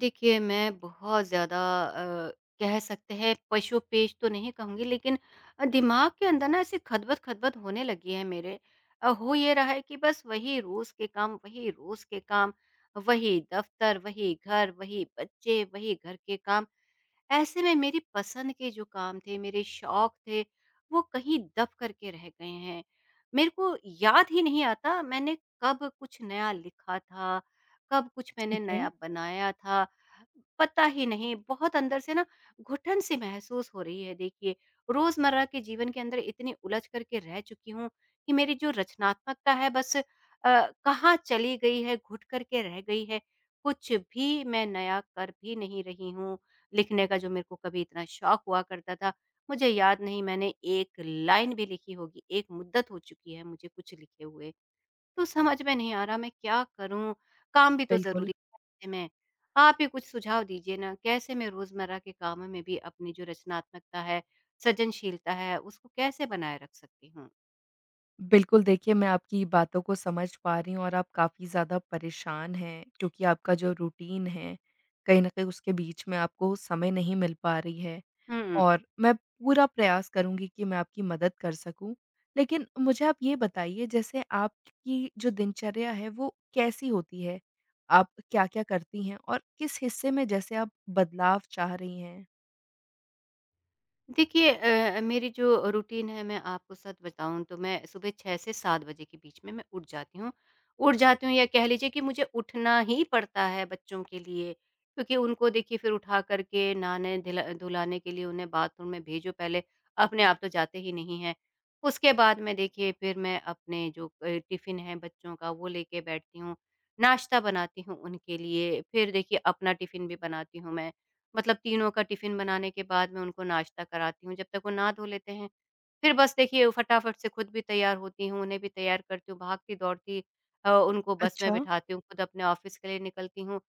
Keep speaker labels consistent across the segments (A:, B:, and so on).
A: देखिए, मैं बहुत ज़्यादा अ, कह सकते हैं पशु-पेश तो नहीं कहूँगी लेकिन दिमाग के अंदर ना ऐसे खदबद-खदबद होने लगी है मेरे। हो ये रहा है कि बस वही रोज़ के काम, वही रोज़ के काम, वही दफ़्तर, वही घर, वही बच्चे, वही घर के काम। ऐसे में मेरी पसंद के जो काम थे, मेरे शौक थे, वो कहीं दब कर के रह गए हैं। मेरे को याद ही नहीं आता मैंने कब कुछ नया लिखा था, कब कुछ मैंने
B: ठीक है,
A: नया बनाया था, पता ही नहीं। बहुत अंदर से ना घुटन सी महसूस हो रही है देखिए। रोज़मर्रा के जीवन के अंदर इतनी उलझ कर के रह चुकी हूँ कि मेरी जो रचनात्मकता है बस कहाँ चली गई है, घुट कर के रह गई है। कुछ भी मैं नया कर भी नहीं रही हूँ। लिखने का जो मेरे को कभी इतना शौक हुआ करता था, मुझे याद नहीं मैंने 1 लाइन भी लिखी होगी, 1 मुद्दत हो चुकी है मुझे कुछ लिखे हुए। तो समझ में नहीं आ रहा मैं क्या करूँ? काम भी तो
B: बिल्कुल।
A: ज़रूरी है ऐसे में। आप ही कुछ सुझाव दीजिए ना, कैसे मैं रोज़मर्रा के कामों में भी अपनी जो रचनात्मकता है, सृजनशीलता है, उसको कैसे बनाए रख सकती हूँ?
B: बिल्कुल, देखिए मैं आपकी बातों को समझ पा रही हूँ और आप काफ़ी ज़्यादा परेशान हैं, क्योंकि आपका जो रूटीन है, कहीं न कहीं उसके बीच में आपको समय नहीं मिल पा रही है।
A: हुँ।
B: और मैं पूरा प्रयास करूँगी कि मैं आपकी मदद कर सकूँ। लेकिन मुझे आप ये बताइए, जैसे आपकी जो दिनचर्या है वो कैसी होती है? आप क्या-क्या करती हैं और किस हिस्से में जैसे आप बदलाव चाह रही हैं?
A: देखिए मेरी जो रूटीन है मैं आपको सच बताऊँ तो मैं सुबह 6 से 7 बजे के बीच में मैं उठ जाती हूँ। उठ जाती हूँ या कह लीजिए कि मुझे उठना ही पड़ता है बच्चों के लिए, क्योंकि उनको देखिए फिर उठा कर के नहाने धिला धुलाने के लिए उन्हें बाथरूम में भेजो पहले, अपने आप तो जाते ही नहीं हैं। उसके बाद में देखिए फिर मैं अपने जो टिफ़िन है बच्चों का वो लेके बैठती हूँ, नाश्ता बनाती हूँ उनके लिए, फिर देखिए अपना टिफ़िन भी बनाती हूँ मैं। मतलब तीनों का टिफ़िन बनाने के बाद मैं उनको नाश्ता कराती हूँ, जब तक वो नहा धो लेते हैं। फिर बस देखिए फटाफट से खुद भी तैयार होती हूँ, उन्हें भी तैयार करती हूँ, भागती-दौड़ती उनको बस में
B: अच्छा।
A: बिठाती हूँ, खुद अपने ऑफ़िस के लिए निकलती हूँ।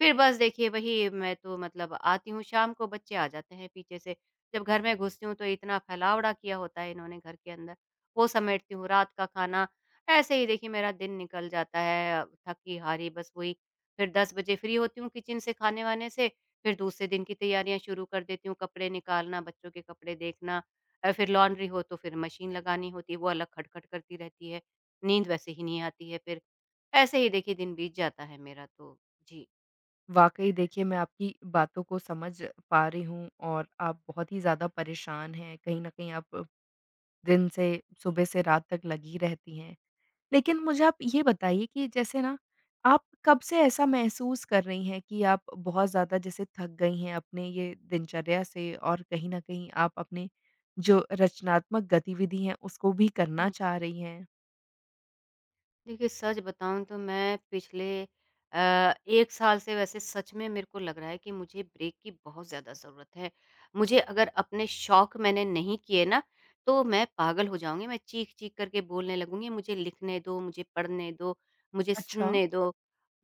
A: फिर बस देखिए वही मैं तो मतलब आती हूँ, शाम को बच्चे आ जाते हैं पीछे से। जब घर में घुसती हूँ तो इतना फैलावड़ा किया होता है इन्होंने घर के अंदर, वो समेटती हूँ, रात का खाना। ऐसे ही देखिए मेरा दिन निकल जाता है, थकी-हारी बस वही। फिर 10 बजे फ्री होती हूँ किचन से, खाने-वाने से। फिर दूसरे दिन की तैयारियाँ शुरू कर देती हूँ, कपड़े निकालना, बच्चों के कपड़े देखना फिर लॉन्ड्री हो तो फिर मशीन लगानी होती है, वो अलग खटखट करती रहती है। नींद वैसे ही नहीं आती है फिर। ऐसे ही देखिए दिन बीत जाता है मेरा तो। जी।
B: वाक़ई देखिए, मैं आपकी बातों को समझ पा रही हूँ और आप बहुत ही ज़्यादा परेशान हैं, कहीं न कहीं आप दिन से, सुबह से रात तक लगी रहती हैं। लेकिन मुझे आप ये बताइए कि जैसे ना, आप कब से ऐसा महसूस कर रही हैं कि आप बहुत ज़्यादा जैसे थक गई हैं अपने ये दिनचर्या से, और कहीं न कहीं आप अपने जो रचनात्मक गतिविधि हैं, उसको भी करना चाह रही हैं?
A: देखिए, सच बताऊँ तो मैं पिछले 1 साल से वैसे सच में मेरे को लग रहा है कि मुझे ब्रेक की बहुत ज़्यादा ज़रूरत है। मुझे अगर अपने शौक मैंने नहीं किए ना, तो मैं पागल हो जाऊँगी, मैं चीख-चीख करके बोलने लगूँगी, मुझे लिखने दो, मुझे पढ़ने दो, मुझे
B: अच्छा,
A: सुनने दो।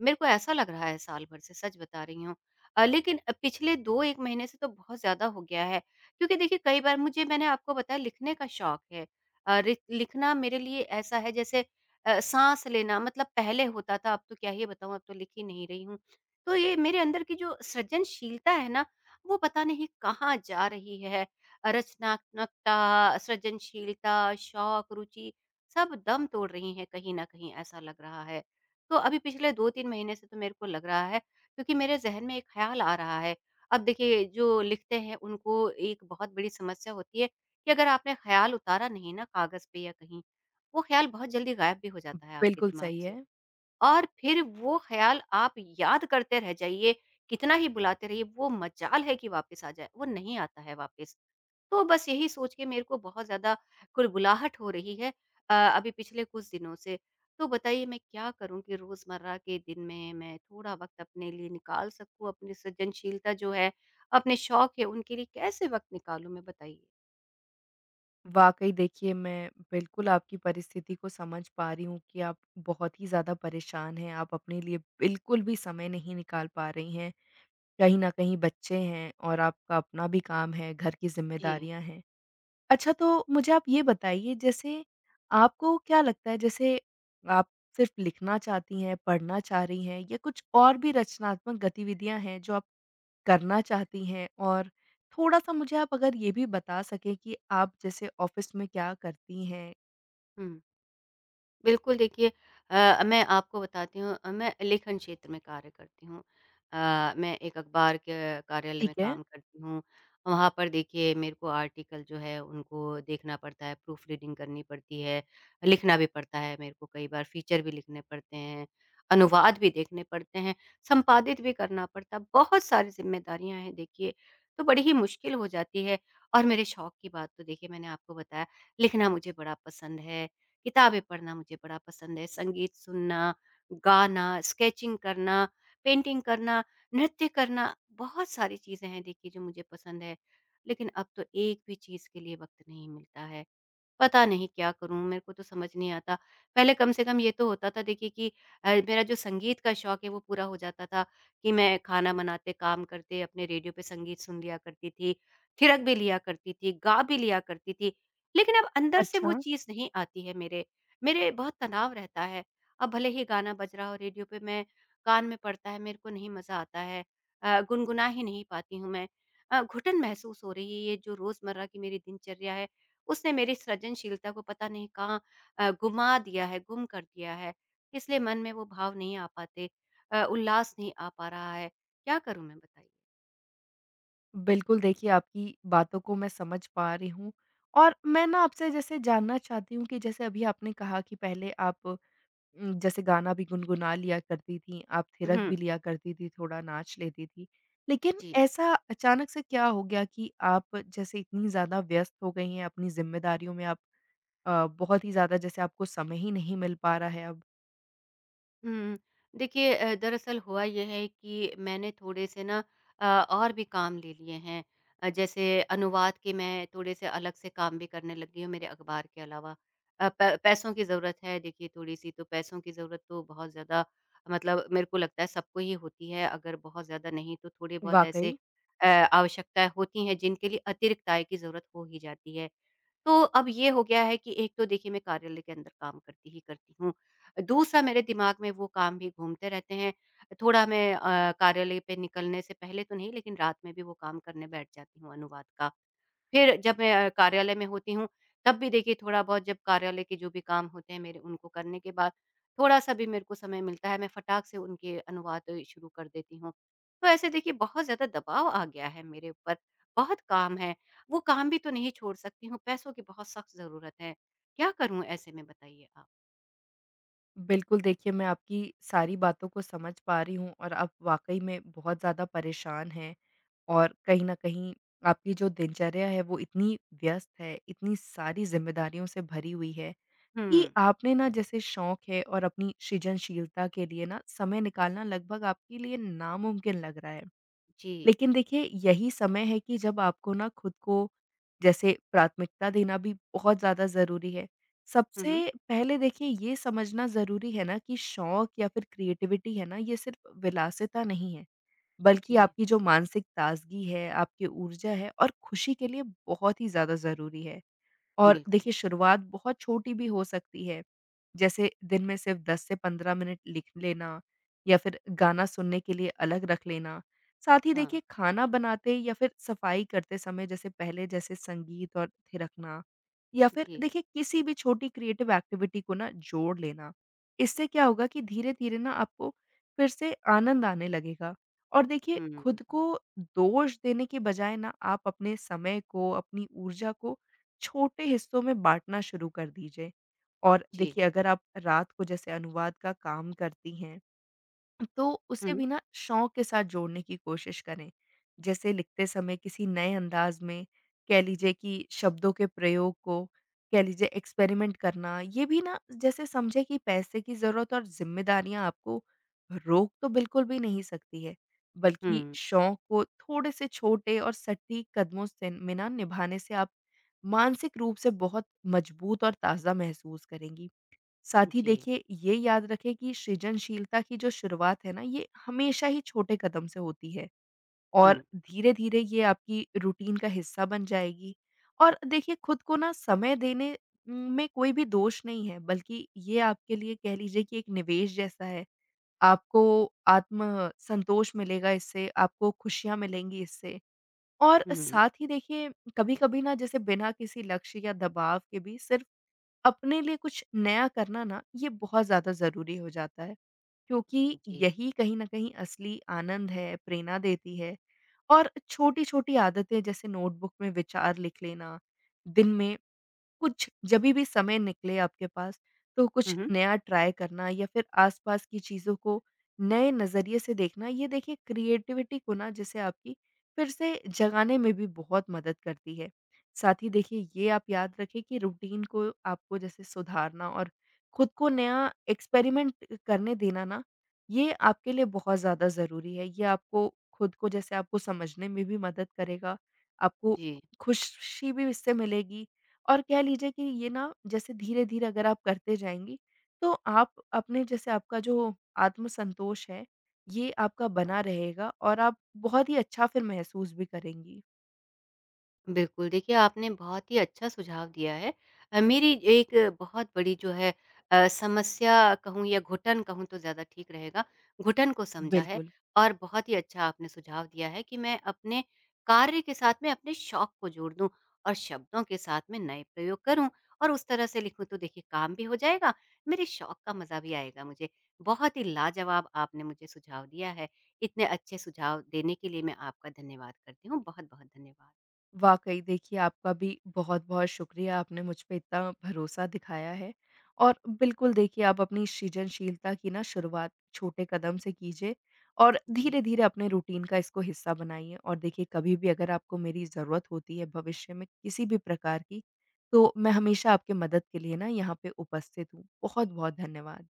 A: मेरे को ऐसा लग रहा है साल भर से, सच बता रही हूँ। लेकिन पिछले 2-1 महीने से तो बहुत ज़्यादा हो गया है क्योंकि देखिए कई बार मुझे मैंने आपको बताया लिखने का शौक है। अ, रि लिखना मेरे लिए ऐसा है जैसे साँस लेना मतलब पहले होता था, अब तो क्या ही बताऊँ, अब तो लिख ही नहीं रही हूँ। तो ये मेरे अंदर की जो सृजनशीलता है ना, वो पता नहीं कहाँ जा रही है। रचनात्मकता, सृजनशीलता, शौक, रुचि सब दम तोड़ रही हैं कहीं न कहीं, ऐसा लग रहा है। तो अभी पिछले 2-3 महीने से तो मेरे को लग रहा है क्योंकि मेरे ज़हन में एक ख़्याल आ रहा है। अब देखिए जो लिखते हैं उनको एक बहुत बड़ी समस्या होती है कि अगर आपने ख़्याल उतारा नहीं ना कागज़ पे या कहीं, वो ख़्याल बहुत जल्दी गायब भी हो जाता है आपके
B: बिल्कुल
A: दिमाग
B: सही
A: से
B: है।
A: और फिर वो ख़्याल आप याद करते रह जाइए, कितना ही बुलाते रहिए, वो मजाल है कि वापस आ जाए, वो नहीं आता है वापस। तो बस यही सोच के मेरे को बहुत ज़्यादा कुलबुलाहट हो रही है अभी पिछले कुछ दिनों से। तो बताइए मैं क्या करूँ कि रोज़मर्रा के दिन में मैं थोड़ा वक़्त अपने लिए निकाल सकूँ, अपनी सृजनशीलता जो है, अपने शौक है, उनके लिए कैसे वक़्त निकालूँ मैं बताइए?
B: वाक़ई देखिए, मैं बिल्कुल आपकी परिस्थिति को समझ पा रही हूँ कि आप बहुत ही ज़्यादा परेशान हैं, आप अपने लिए बिल्कुल भी समय नहीं निकाल पा रही हैं। कहीं न कहीं बच्चे हैं, और आपका अपना भी काम है, घर की
A: जी।
B: ज़िम्मेदारियाँ हैं। अच्छा, तो मुझे आप ये बताइए, जैसे आपको क्या लगता है, जैसे आप सिर्फ़ लिखना चाहती हैं, पढ़ना चाह रही हैं या कुछ और भी रचनात्मक गतिविधियाँ हैं जो आप करना चाहती हैं? और थोड़ा-सा मुझे आप अगर ये भी बता सकें कि आप जैसे ऑफ़िस में क्या करती हैं?
A: हुँ। बिल्कुल, देखिए मैं आपको बताती हूँ मैं लेखन क्षेत्र में कार्य करती हूँ। मैं एक अखबार के कार्यालय में
B: ठीक है।
A: काम करती हूँ। वहाँ पर देखिए मेरे को आर्टिकल जो है उनको देखना पड़ता है, प्रूफ रीडिंग करनी पड़ती है, लिखना भी पड़ता है मेरे को कई बार फीचर भी लिखने पड़ते हैं, अनुवाद भी देखने पड़ते हैं, संपादित भी करना पड़ता है, बहुत सारी ज़िम्मेदारियाँ हैं देखिए, तो बड़ी ही मुश्किल हो जाती है। और मेरे शौक की बात तो देखिए मैंने आपको बताया लिखना मुझे बड़ा पसंद है किताबें पढ़ना मुझे बड़ा पसंद है, संगीत सुनना, गाना, स्केचिंग करना, पेंटिंग करना, नृत्य करना, बहुत सारी चीज़ें हैं देखिए जो मुझे पसंद है। लेकिन अब तो एक भी चीज़ के लिए वक़्त नहीं मिलता है। पता नहीं क्या करूँ? मेरे को तो समझ नहीं आता। पहले कम से कम ये तो होता था देखिए कि मेरा जो संगीत का शौक है वो पूरा हो जाता था कि मैं खाना बनाते, काम करते अपने रेडियो पे संगीत सुन लिया करती थी, थिरक भी लिया करती थी, गा भी लिया करती थी। लेकिन अब अंदर से वो
B: अच्छा।
A: चीज़ नहीं आती है मेरे, मेरे बहुत तनाव रहता है। अब भले ही गाना बज रहा हो रेडियो पे मैं कान में पड़ता है, मेरे को नहीं मज़ा आता है। गुनगुना ही नहीं पाती हूँ मैं। घुटन महसूस हो रही है, ये जो रोज़मर्रा की मेरी दिनचर्या है उसने मेरी सृजनशीलता को पता नहीं कहाँ गुमा दिया है, गुम कर दिया है। इसलिए मन में वो भाव नहीं आ पाते, उल्लास नहीं आ पा रहा है। क्या करूँ मैं बताइए?
B: बिल्कुल, देखिए आपकी बातों को मैं समझ पा रही हूँ। और मैं ना आपसे जैसे जानना चाहती हूँ कि जैसे अभी आपने कहा कि पहले आप जैसे गाना भी गुनगुना लिया करती थीं, आप थिरक
A: हुँ,
B: भी लिया करती थीं, थोड़ा नाच लेती थीं। लेकिन
A: जी।
B: ऐसा अचानक से क्या हो गया कि आप जैसे इतनी ज़्यादा व्यस्त हो गई हैं, अपनी ज़िम्मेदारियों में आप बहुत ही ज़्यादा जैसे आपको समय ही नहीं मिल पा रहा है अब।
A: हुँ। देखिए दरअसल हुआ ये है कि मैंने थोड़े से ना अ, और भी काम ले लिए हैं। जैसे अनुवाद के मैं थोड़े से अलग से काम भी करने लगी हूँ मेरे अखबार के अलावा। अ, प पैसों की ज़रूरत है देखिए थोड़ी-सी तो पैसों की ज़रूरत तो बहुत ज़्यादा मतलब मेरे को लगता है सबको ही होती है अगर बहुत ज़्यादा नहीं तो थोड़े बहुत ऐसे
B: वाक़ई,
A: आवश्यकताएँ होती हैं जिनके लिए अतिरिक्त आय की ज़रूरत हो ही जाती है। तो अब ये हो गया है कि एक तो देखिए मैं कार्यालय के अंदर काम करती ही करती हूँ। दूसरा मेरे दिमाग में वो काम भी घूमते रहते हैं। थोड़ा मैं कार्यालय पे निकलने से पहले तो नहीं लेकिन रात में भी वो काम करने बैठ जाती हूँ अनुवाद का। फिर जब मैं कार्यालय में होती हूँ, तब भी देखिए थोड़ा-बहुत जब कार्यालय के जो भी काम होते हैं मेरे, उनको करने के बाद थोड़ा-सा भी मेरे को समय मिलता है, मैं फटाक से उनके अनुवाद शुरू कर देती हूँ। तो ऐसे देखिए बहुत ज़्यादा दबाव आ गया है मेरे ऊपर, बहुत काम है, वो काम भी तो नहीं छोड़ सकती हूँ, पैसों की बहुत सख्त ज़रूरत है। क्या करूँ ऐसे में बताइए आप?
B: बिल्कुल देखिए, मैं आपकी सारी बातों को समझ पा रही हूँ और आप वाक़ई में बहुत ज़्यादा परेशान हैं, और कहीं न कहीं आपकी जो दिनचर्या है वो इतनी व्यस्त है, इतनी सारी ज़िम्मेदारियों से भरी हुई है
A: हुँ,
B: कि आपने ना, जैसे शौक है और अपनी सृजनशीलता के लिए ना, समय निकालना लगभग आपके लिए नामुमकिन लग रहा है।
A: जी।
B: लेकिन देखिए, यही समय है कि जब आपको ना खुद को जैसे प्राथमिकता देना भी बहुत ज़्यादा ज़रूरी है।
A: हुँ, हुँ।
B: सबसे पहले देखिए, ये समझना ज़रूरी है ना कि शौक या फिर क्रिएटिविटी है ना, ये सिर्फ़ विलासिता नहीं है, बल्कि
A: जी,
B: आपकी जो मानसिक ताज़गी है, आपकी ऊर्जा है और खुशी के लिए बहुत ही ज़्यादा ज़रूरी है। और
A: बिल्कुल।
B: देखिए, शुरुआत बहुत छोटी भी हो सकती है, जैसे दिन में सिर्फ 10 से 15 मिनट लिख लेना या फिर गाना सुनने के लिए अलग रख लेना। साथ ही
A: हाँ,
B: देखिए, खाना बनाते या फिर सफाई करते समय जैसे पहले, जैसे संगीत और थिरकना, या फिर
A: जी।
B: देखिए किसी भी छोटी क्रिएटिव एक्टिविटी को ना जोड़ लेना। इससे क्या होगा कि धीरे-धीरे ना आपको फिर से आनंद आने लगेगा। और देखिए,
A: हुँ, हुँ, हुँ।
B: खुद को दोष देने के बजाय ना, आप अपने समय को, अपनी ऊर्जा को छोटे हिस्सों में बाँटना शुरू कर दीजिए। और
A: जी।
B: देखिए, अगर आप रात को जैसे अनुवाद का काम करती हैं, तो उसे
A: हुँ,
B: भी ना शौक के साथ जोड़ने की कोशिश करें। जैसे लिखते समय किसी नए अंदाज में कह लीजिए कि शब्दों के प्रयोग को, कह लीजिए, एक्सपेरिमेंट करना, ये भी ना, जैसे समझे कि पैसे की ज़रूरत और ज़िम्मेदारियाँ आपको रोक तो बिल्कुल भी नहीं सकती है, बल्कि
A: हुँ,
B: शौक को थोड़े से छोटे और सटीक कदमों से में ना निभाने से आप मानसिक रूप से बहुत मजबूत और ताज़ा महसूस करेंगी। साथ ही
A: जी।
B: देखिए, ये याद रखें कि सृजनशीलता की जो शुरुआत है ना, ये हमेशा ही छोटे कदम से होती है, और
A: हुँ,
B: धीरे-धीरे ये आपकी रूटीन का हिस्सा बन जाएगी। और देखिए, खुद को ना समय देने में कोई भी दोष नहीं है, बल्कि ये आपके लिए, कह लीजिए कि एक निवेश जैसा है। आपको आत्म संतोष मिलेगा इससे, आपको खुशियाँ मिलेंगी इससे। और
A: हुँ,
B: साथ ही देखिए, कभी-कभी ना जैसे बिना किसी लक्ष्य या दबाव के भी, सिर्फ अपने लिए कुछ नया करना ना, ये बहुत ज़्यादा ज़रूरी हो जाता है, क्योंकि
A: जी।
B: यही कहीं न कहीं असली आनंद है, प्रेरणा देती है। और छोटी-छोटी आदतें, जैसे नोटबुक में विचार लिख लेना, दिन में कुछ जभी भी समय निकले आपके पास, तो
A: हुँ,
B: कुछ
A: हुँ।
B: नया ट्राई करना या फिर आस-पास की चीज़ों को नए नज़रिए से देखना, ये देखिए क्रिएटिविटी को ना जैसे आपकी फिर से जगाने में भी बहुत मदद करती है। साथ ही देखिए, ये आप याद रखें कि रूटीन को आपको जैसे सुधारना और खुद को नया एक्सपेरिमेंट करने देना ना, ये आपके लिए बहुत ज़्यादा ज़रूरी है। ये आपको खुद को जैसे, आपको समझने में भी मदद करेगा, आपको
A: जी,
B: खुशी भी इससे मिलेगी, और कह लीजिए कि ये ना, जैसे धीरे-धीरे अगर आप करते जाएँगी, तो आप अपने जैसे आपका जो आत्मसंतोष है, ये आपका बना रहेगा और आप बहुत ही अच्छा फिर महसूस भी करेंगी।
A: बिल्कुल। देखिए, आपने बहुत ही अच्छा सुझाव दिया है। मेरी एक बहुत बड़ी जो है समस्या कहूँ या घुटन कहूँ तो ज़्यादा ठीक रहेगा, घुटन को समझा है
B: बिल्कुल।
A: और बहुत ही अच्छा आपने सुझाव दिया है कि मैं अपने कार्य के साथ में अपने शौक को जोड़ दूँ और शब्दों के साथ में नए प्रयोग करूँ और उस तरह से लिखूँ तो देखिए काम भी हो जाएगा, मेरे शौक का मज़ा भी आएगा मुझे। बहुत ही लाजवाब आपने मुझे सुझाव दिया है। इतने अच्छे सुझाव देने के लिए मैं आपका धन्यवाद करती हूँ। बहुत-बहुत धन्यवाद।
B: वाक़ई देखिए, आपका भी बहुत-बहुत शुक्रिया, आपने मुझ पे इतना भरोसा दिखाया है। और बिल्कुल देखिए, आप अपनी सृजनशीलता की ना शुरुआत छोटे कदम से कीजिए और
A: जी
B: धीरे-धीरे अपने रूटीन का इसको हिस्सा बनाइए। और देखिए, कभी भी अगर आपको मेरी ज़रूरत होती है भविष्य में किसी भी प्रकार की, तो मैं हमेशा आपके मदद के लिए ना यहाँ पे उपस्थित हूँ। बहुत-बहुत धन्यवाद।